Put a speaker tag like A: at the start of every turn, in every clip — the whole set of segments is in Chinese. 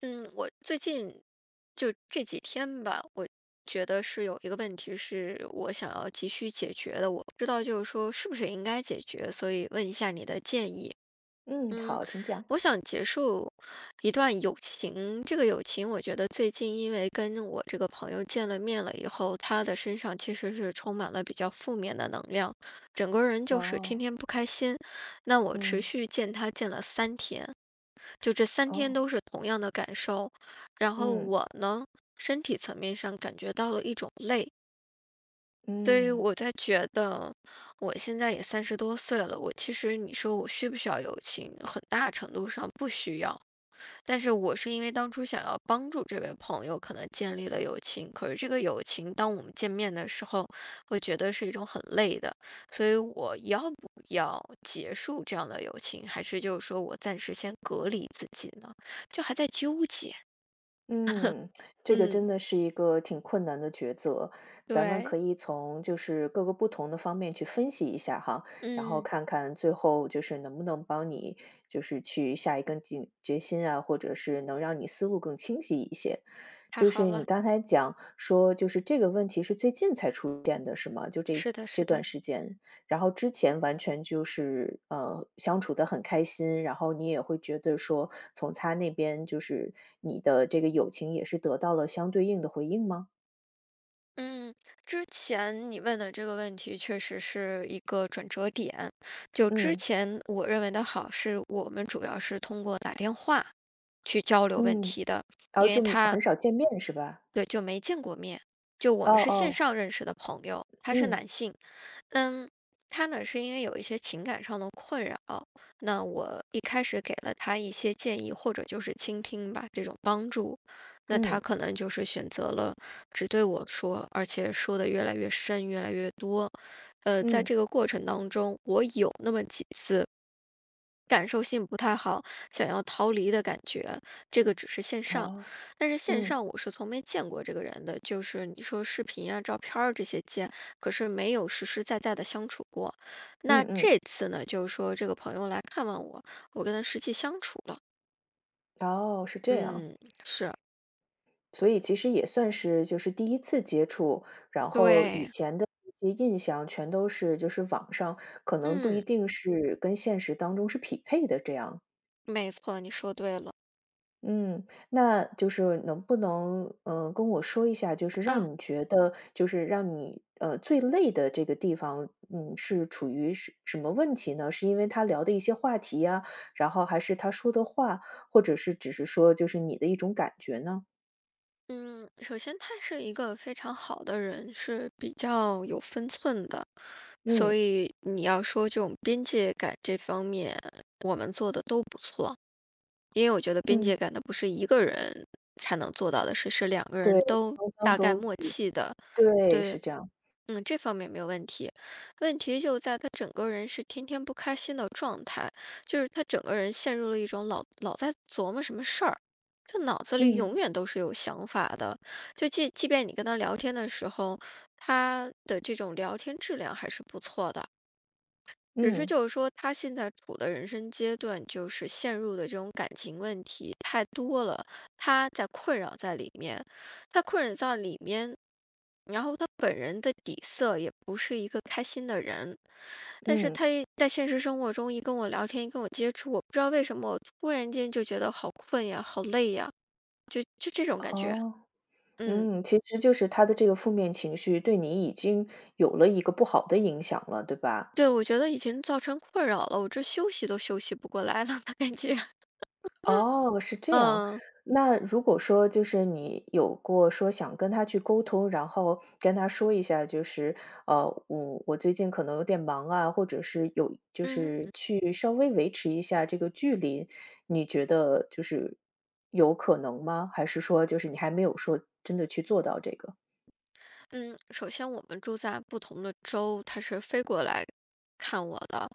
A: 嗯，我最近就这几天吧，我觉得是有一个问题是我想要急需解决的，我不知道就是说是不是应该解决，所以问一下你的建议。
B: 嗯，
A: 嗯，
B: 好，请讲。
A: 我想结束一段友情，这个友情我觉得最近因为跟我这个朋友见了面了以后，他的身上其实是充满了比较负面的能量，整个人就是天
B: 哦，
A: 天不开心。那我持
B: 嗯，
A: 续见他见了三天。就这三天
B: 哦，
A: 都是同样的感受。然后
B: 嗯，
A: 我呢，身体层面上感觉到了一种累，所以
B: 嗯，
A: 我在觉得我现在也30多岁了，我其实你说我需不需要友情，很大程度上不需要。但是我是因为当初想要帮助这位朋友，可能建立了友情。可是这个友情，当我们见面的时候，会觉得是一种很累的。所以我要不要结束这样的友情，还是就是说我暂时先隔离自己呢？就还在纠结。
B: 嗯，这个
A: 嗯，
B: 真的是一个挺困难的抉择，咱们
A: 对，
B: 可以从就是各个不同的方面去分析一下哈，然后
A: 嗯，
B: 看看最后就是能不能帮你就是去下一根井决心啊，或者是能让你思路更清晰一些。
A: 太
B: 就
A: 好
B: 是你
A: 了，
B: 刚才讲说，就是这个问题是最近才出现的，是吗？就这
A: 是的，是
B: 这
A: 的。
B: 段时间。然后之前完全就是，相处得很开心，然后你也会觉得说，从他那边就是你的这个友情也是得到了相对应的回应吗？
A: 嗯，之前你问的这个问题确实是一个转折点。就之
B: 嗯，
A: 前我认为的好，是我们主要是通过打电话去交流问
B: 嗯，
A: 题的，
B: 然
A: 因
B: 后
A: 为
B: 就
A: 他
B: 很少见面是吧？
A: 对就没见过面，就我
B: 哦
A: 们是线
B: 哦，
A: 上认识的朋友，他是
B: 嗯，
A: 男性，嗯，他呢是因为有一些情感上的困扰，那我一开始给了他一些建议，或者就是倾听吧，这种帮助，那他
B: 嗯，
A: 可能就是选择了只对我说，而且说的越来越深，越来越多。在
B: 嗯，
A: 这个过程当中，我有那么几次。感受性不太好，想要逃离的感觉，这个只是线上，
B: 哦，
A: 但是线
B: 嗯，
A: 上我是从没见过这个人的，就是你说视频啊、照片儿这些见，可是没有实实在在的相处过。
B: 嗯
A: 那
B: 嗯，
A: 这次呢，就是说这个朋友来看望我，我跟他实际相处了，
B: 哦，是这样。
A: 嗯，是，
B: 所以其实也算是就是第一次接触，然后以
A: 对，
B: 前的一些印象全都是就是网上可能不一
A: 嗯，
B: 定是跟现实当中是匹配的这样。
A: 没错，你说对了，
B: 嗯，那就是能不能，跟我说一下，就是让
A: 啊。
B: 你觉得就是让你，最累的这个地方，是处于什么问题呢？是因为他聊的一些话题呀，然后还是他说的话，或者是只是说就是你的一种感觉呢？
A: 嗯，首先他是一个非常好的人，是比较有分寸的，所
B: 嗯，
A: 以你要说这种边界感这方面，我们做的都不错。因为我觉得边界
B: 嗯，
A: 感的不是一个人才能做到的事，是两个人
B: 对，
A: 都
B: 双方
A: 大概
B: 都
A: 默
B: 去
A: 契的，
B: 对，
A: 对。
B: 是这样。
A: 嗯，这方面没有问题，问题就在他整个人是天天不开心的状态，就是他整个人陷入了一种老老在琢磨什么事儿，这脑子里永
B: 嗯，
A: 远都是有想法的。就即便你跟他聊天的时候，他的这种聊天质量还是不错的，只是
B: 嗯，
A: 就是说，他现在处的人生阶段，就是陷入的这种感情问题太多了，他在困扰在里面，他困扰在里面，然后他本人的底色也不是一个开心的人，但是
B: 嗯，
A: 他一在现实生活中一跟我聊天，一跟我接触，我不知道为什么我突然间就觉得好困呀，好累呀，就这种感觉，
B: 哦，
A: 嗯，
B: 嗯，其实就是他的这个负面情绪对你已经有了一个不好的影响了，对吧？
A: 对，我觉得已经造成困扰了，我这休息都休息不过来了的感觉，
B: 哦，是这样。
A: 嗯
B: 那如果说就是你有过说想跟他去沟通，然后跟他说一下，就是我最近可能有点忙啊，或者是有就是
A: 嗯。
B: 去稍微维持一下这个距离，你觉得就是有可能吗？还是说就是你还没有说真的去做到这个？
A: 嗯，首先我们住在不同的州，他是飞过来看我的。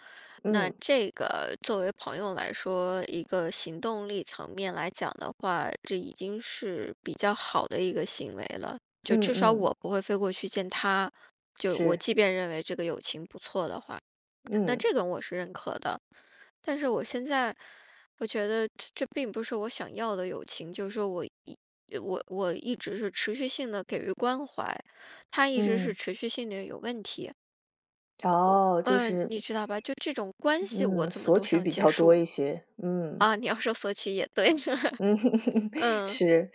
A: 那
B: 嗯
A: 这个作为朋友来说，一个行动力层面来讲的话，这已经是比较好的一个行为了。就
B: 嗯
A: 至少
B: 嗯，
A: 我不会飞过去见他，就我
B: 是，
A: 即便认为这个友情不错的话。那
B: 嗯
A: 这个我是认可的，但是我现在我觉得这这并不是我想要的友情，就是说我一直是持续性的给予关怀，他一直是
B: 嗯，
A: 持续性的有问题，
B: 哦，就
A: 嗯，
B: 是
A: 你知道吧？就这种关系，我
B: 嗯，
A: 怎么
B: 索
A: 都
B: 取
A: 想
B: 比
A: 结
B: 较多
A: 束
B: 一些，嗯。
A: 啊！你要说索取也对，
B: 嗯，
A: 嗯
B: 是，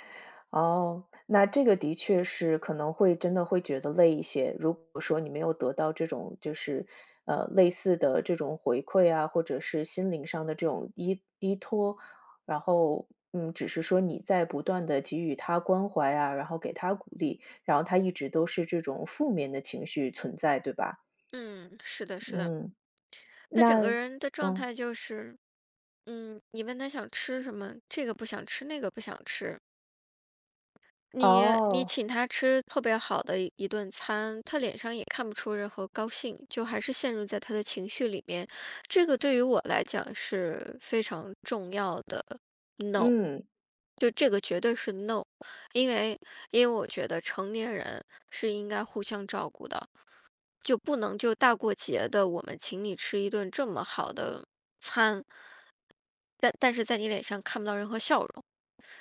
B: 哦，那这个的确是可能会真的会觉得累一些。如果说你没有得到这种就是，类似的这种回馈啊，或者是心灵上的这种依托，然后，只是说你在不断的给予他关怀啊，然后给他鼓励，然后他一直都是这种负面的情绪存在，对吧？
A: 嗯，是的，是的，
B: 嗯，
A: 他整个
B: 那
A: 人的状
B: 嗯，
A: 态就是，你问他想吃什么，这个不想吃，那个不想吃，你
B: 哦，
A: 请他吃特别好的一顿餐，他脸上也看不出任何高兴，就还是陷入在他的情绪里面。这个对于我来讲是非常重要的 no,
B: 嗯。
A: 就这个绝对是 no,因为因为我觉得成年人是应该互相照顾的，就不能就大过节的我们请你吃一顿这么好的餐，但是在你脸上看不到任何笑容，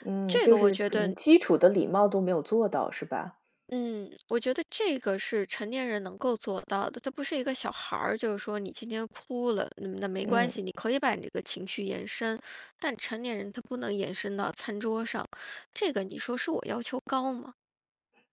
B: 嗯，
A: 这
B: 就
A: 个我
B: 是
A: 觉
B: 可
A: 得
B: 能基础的礼貌都没有做到，是吧？
A: 嗯，我觉得这个是成年人能够做到的，他不是一个小孩儿，就是说你今天哭了，嗯那没关
B: 嗯，
A: 系，你可以把你这个情绪延伸，但成年人他不能延伸到餐桌上，这个你说是我要求高吗？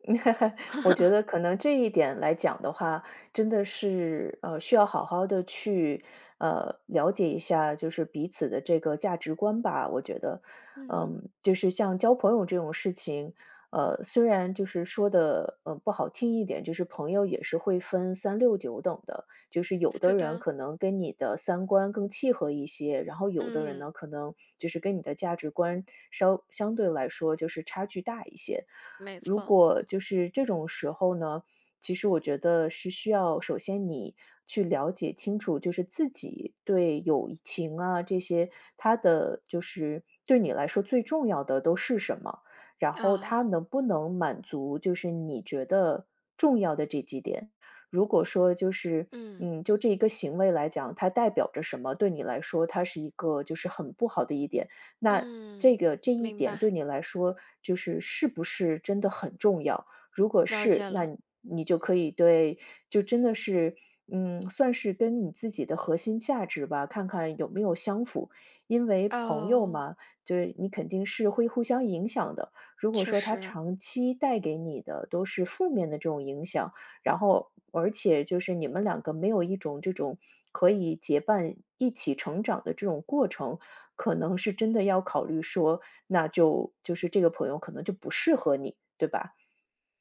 B: 我觉得可能这一点来讲的话，真的是，需要好好的去，了解一下就是彼此的这个价值观吧，我觉得。
A: 嗯
B: 嗯，就是像交朋友这种事情，虽然就是说的不好听一点，就是朋友也是会分三六九等的。就是有
A: 是
B: 的人
A: 的，
B: 可能跟你的三观更契合一些，然后有的人
A: 嗯，
B: 呢，可能就是跟你的价值观稍相对来说就是差距大一些。
A: 没
B: 如
A: 错
B: 果就是这种时候呢，其实我觉得是需要首先你去了解清楚，就是自己对友情啊这些，他的就是对你来说最重要的都是什么，然后
A: 啊，
B: 他能不能满足就是你觉得重要的这几点。如果说就是，
A: 嗯
B: 嗯，就这一个行为来讲，它代表着什么，对你来说，它是一个就是很不好的一点。那
A: 嗯，
B: 这个这一
A: 明
B: 点
A: 白，
B: 对你来说，就是是不是真的很重要？如果
A: 了解
B: 是，那
A: 了，
B: 你就可以对，就真的是，算是跟你自己的核心价值吧，看看有没有相符。因为朋友
A: 哦，
B: 嘛，就是你肯定是会互相影响的。如果
A: 确
B: 说他
A: 实。
B: 长期带给你的都是负面的这种影响，然后而且就是你们两个没有一种这种可以结伴一起成长的这种过程，可能是真的要考虑说，那就是这个朋友可能就不适合你，对吧？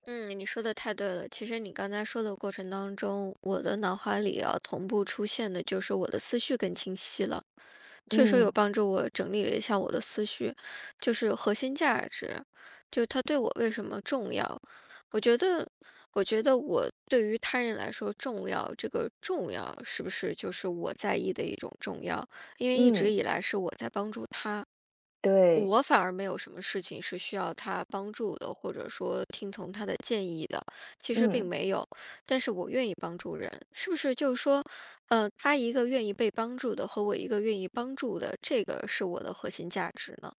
A: 嗯，你说的太对了。其实你刚才说的过程当中，我的脑海里啊同步出现的就是我的思绪更清晰了，确实有
B: 嗯，
A: 帮助我整理了一下我的思绪，就是核心价值，就是它对我为什么重要。我觉得，我觉得我对于他人来说重要，这个重要是不是就是我在意的一种重要？因为一直
B: 嗯，
A: 以来是我在帮助他，
B: 对，
A: 我反而没有什么事情是需要他帮助的，或者说听从他的建议的，其实并
B: 嗯。
A: 没有。但是我愿意帮助人，是不是就是说，呃，他一个愿意被帮助的和我一个愿意帮助的，这个是我的核心价值呢？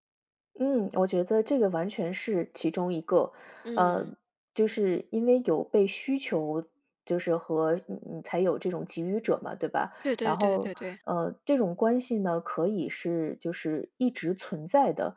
B: 嗯，我觉得这个完全是其中一个，呃，
A: 嗯，
B: 就是因为有被需求，就是和才有这种给予者嘛，对吧？
A: 对对
B: 然
A: 对
B: 后，
A: 对对
B: 这种关系呢，可以是就是一直存在的，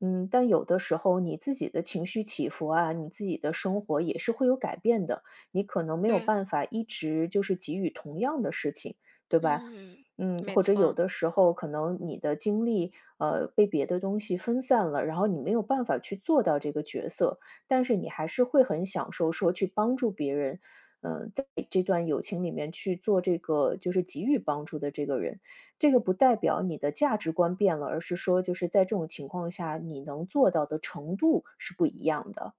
B: 嗯，但有的时候你自己的情绪起伏啊，你自己的生活也是会有改变的，你可能没有
A: 对，
B: 办法一直就是给予同样的事情，对吧？
A: 嗯，没
B: 或者有
A: 错。
B: 的时候可能你的精力，被别的东西分散了，然后你没有办法去做到这个角色，但是你还是会很享受说去帮助别人，在这段友情里面去做这个就是给予帮助的这个人。这个不代表你的价值观变了，而是说就是在这种情况下你能做到的程度是不一样的。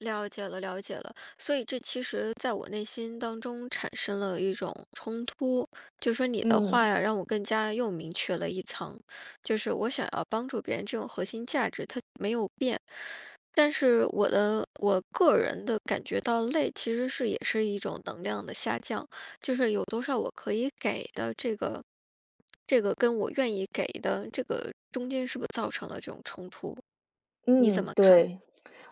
A: 了解了，了解了。所以这其实在我内心当中产生了一种冲突，就说你的话
B: 嗯
A: 呀，让我更加又明确了一层，就是我想要帮助别人这种核心价值，它没有变。但是我的我个人的感觉到累，其实是也是一种能量的下降，就是有多少我可以给的这个，这个跟我愿意给的这个中间是不是造成了这种冲突？你怎
B: 嗯，
A: 么看？
B: 对。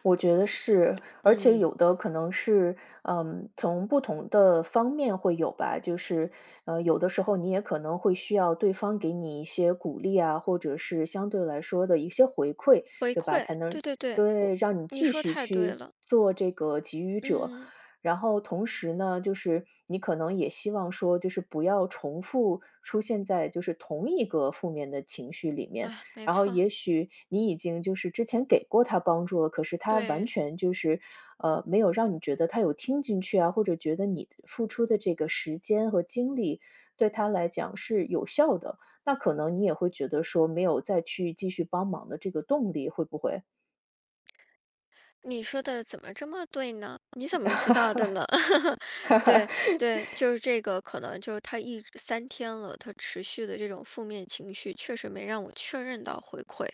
B: 我觉得是，而且
A: 嗯。
B: 有的可能是，从不同的方面会有吧，就是，有的时候你也可能会需要对方给你一些鼓励啊，或者是相对来说的一些回馈，
A: 回
B: 对吧？
A: 馈，
B: 才能
A: 对对对，
B: 对，让你
A: 你
B: 继
A: 说
B: 续
A: 太对
B: 去
A: 了，
B: 做这个给予者。
A: 嗯，
B: 然后同时呢，就是你可能也希望说，就是不要重复出现在就是同一个负面的情绪里面，
A: 哎，没
B: 然后
A: 错，
B: 也许你已经就是之前给过他帮助了，可是他完
A: 对
B: 全就是，没有让你觉得他有听进去啊，或者觉得你付出的这个时间和精力对他来讲是有效的，那可能你也会觉得说没有再去继续帮忙的这个动力，会不会？
A: 你说的怎么这么对呢？你怎么知道的呢？对对，就是这个，可能就是他一直三天了，他持续的这种负面情绪确实没让我确认到回馈，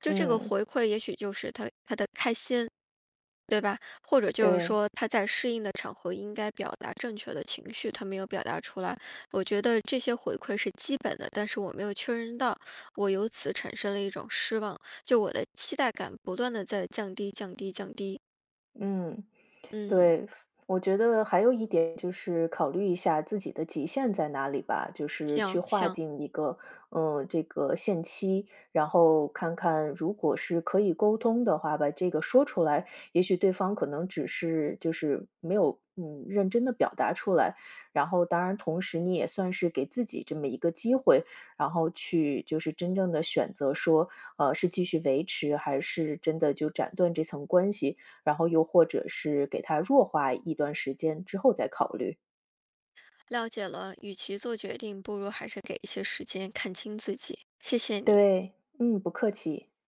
A: 就这个
B: 嗯，
A: 回馈，也许就是他他的开心，对吧？或者就是
B: 对，
A: 说他在适应的场合应该表达正确的情绪，他没有表达出来。我觉得这些回馈是基本的，但是我没有确认到，我由此产生了一种失望，就我的期待感不断的在降低、降低、降低。
B: 嗯。
A: 嗯，
B: 对，我觉得还有一点就是考虑一下自己的极限在哪里吧，就是去
A: 行
B: 划
A: 行，
B: 定一个，这个限期，然后看看如果是可以沟通的话，把这个说出来，也许对方可能只是就是没有认真的表达出来，然后当然同时你也算是给自己这么一个机会，然后去就是真正的选择说，是继续维持还是真的就斩断这层关系，然后又或者是给它弱化一段时间之后再考虑。
A: 了解了。与其做决定，不如还是给一些时间看清自己。谢谢你。
B: 对，嗯，不客气。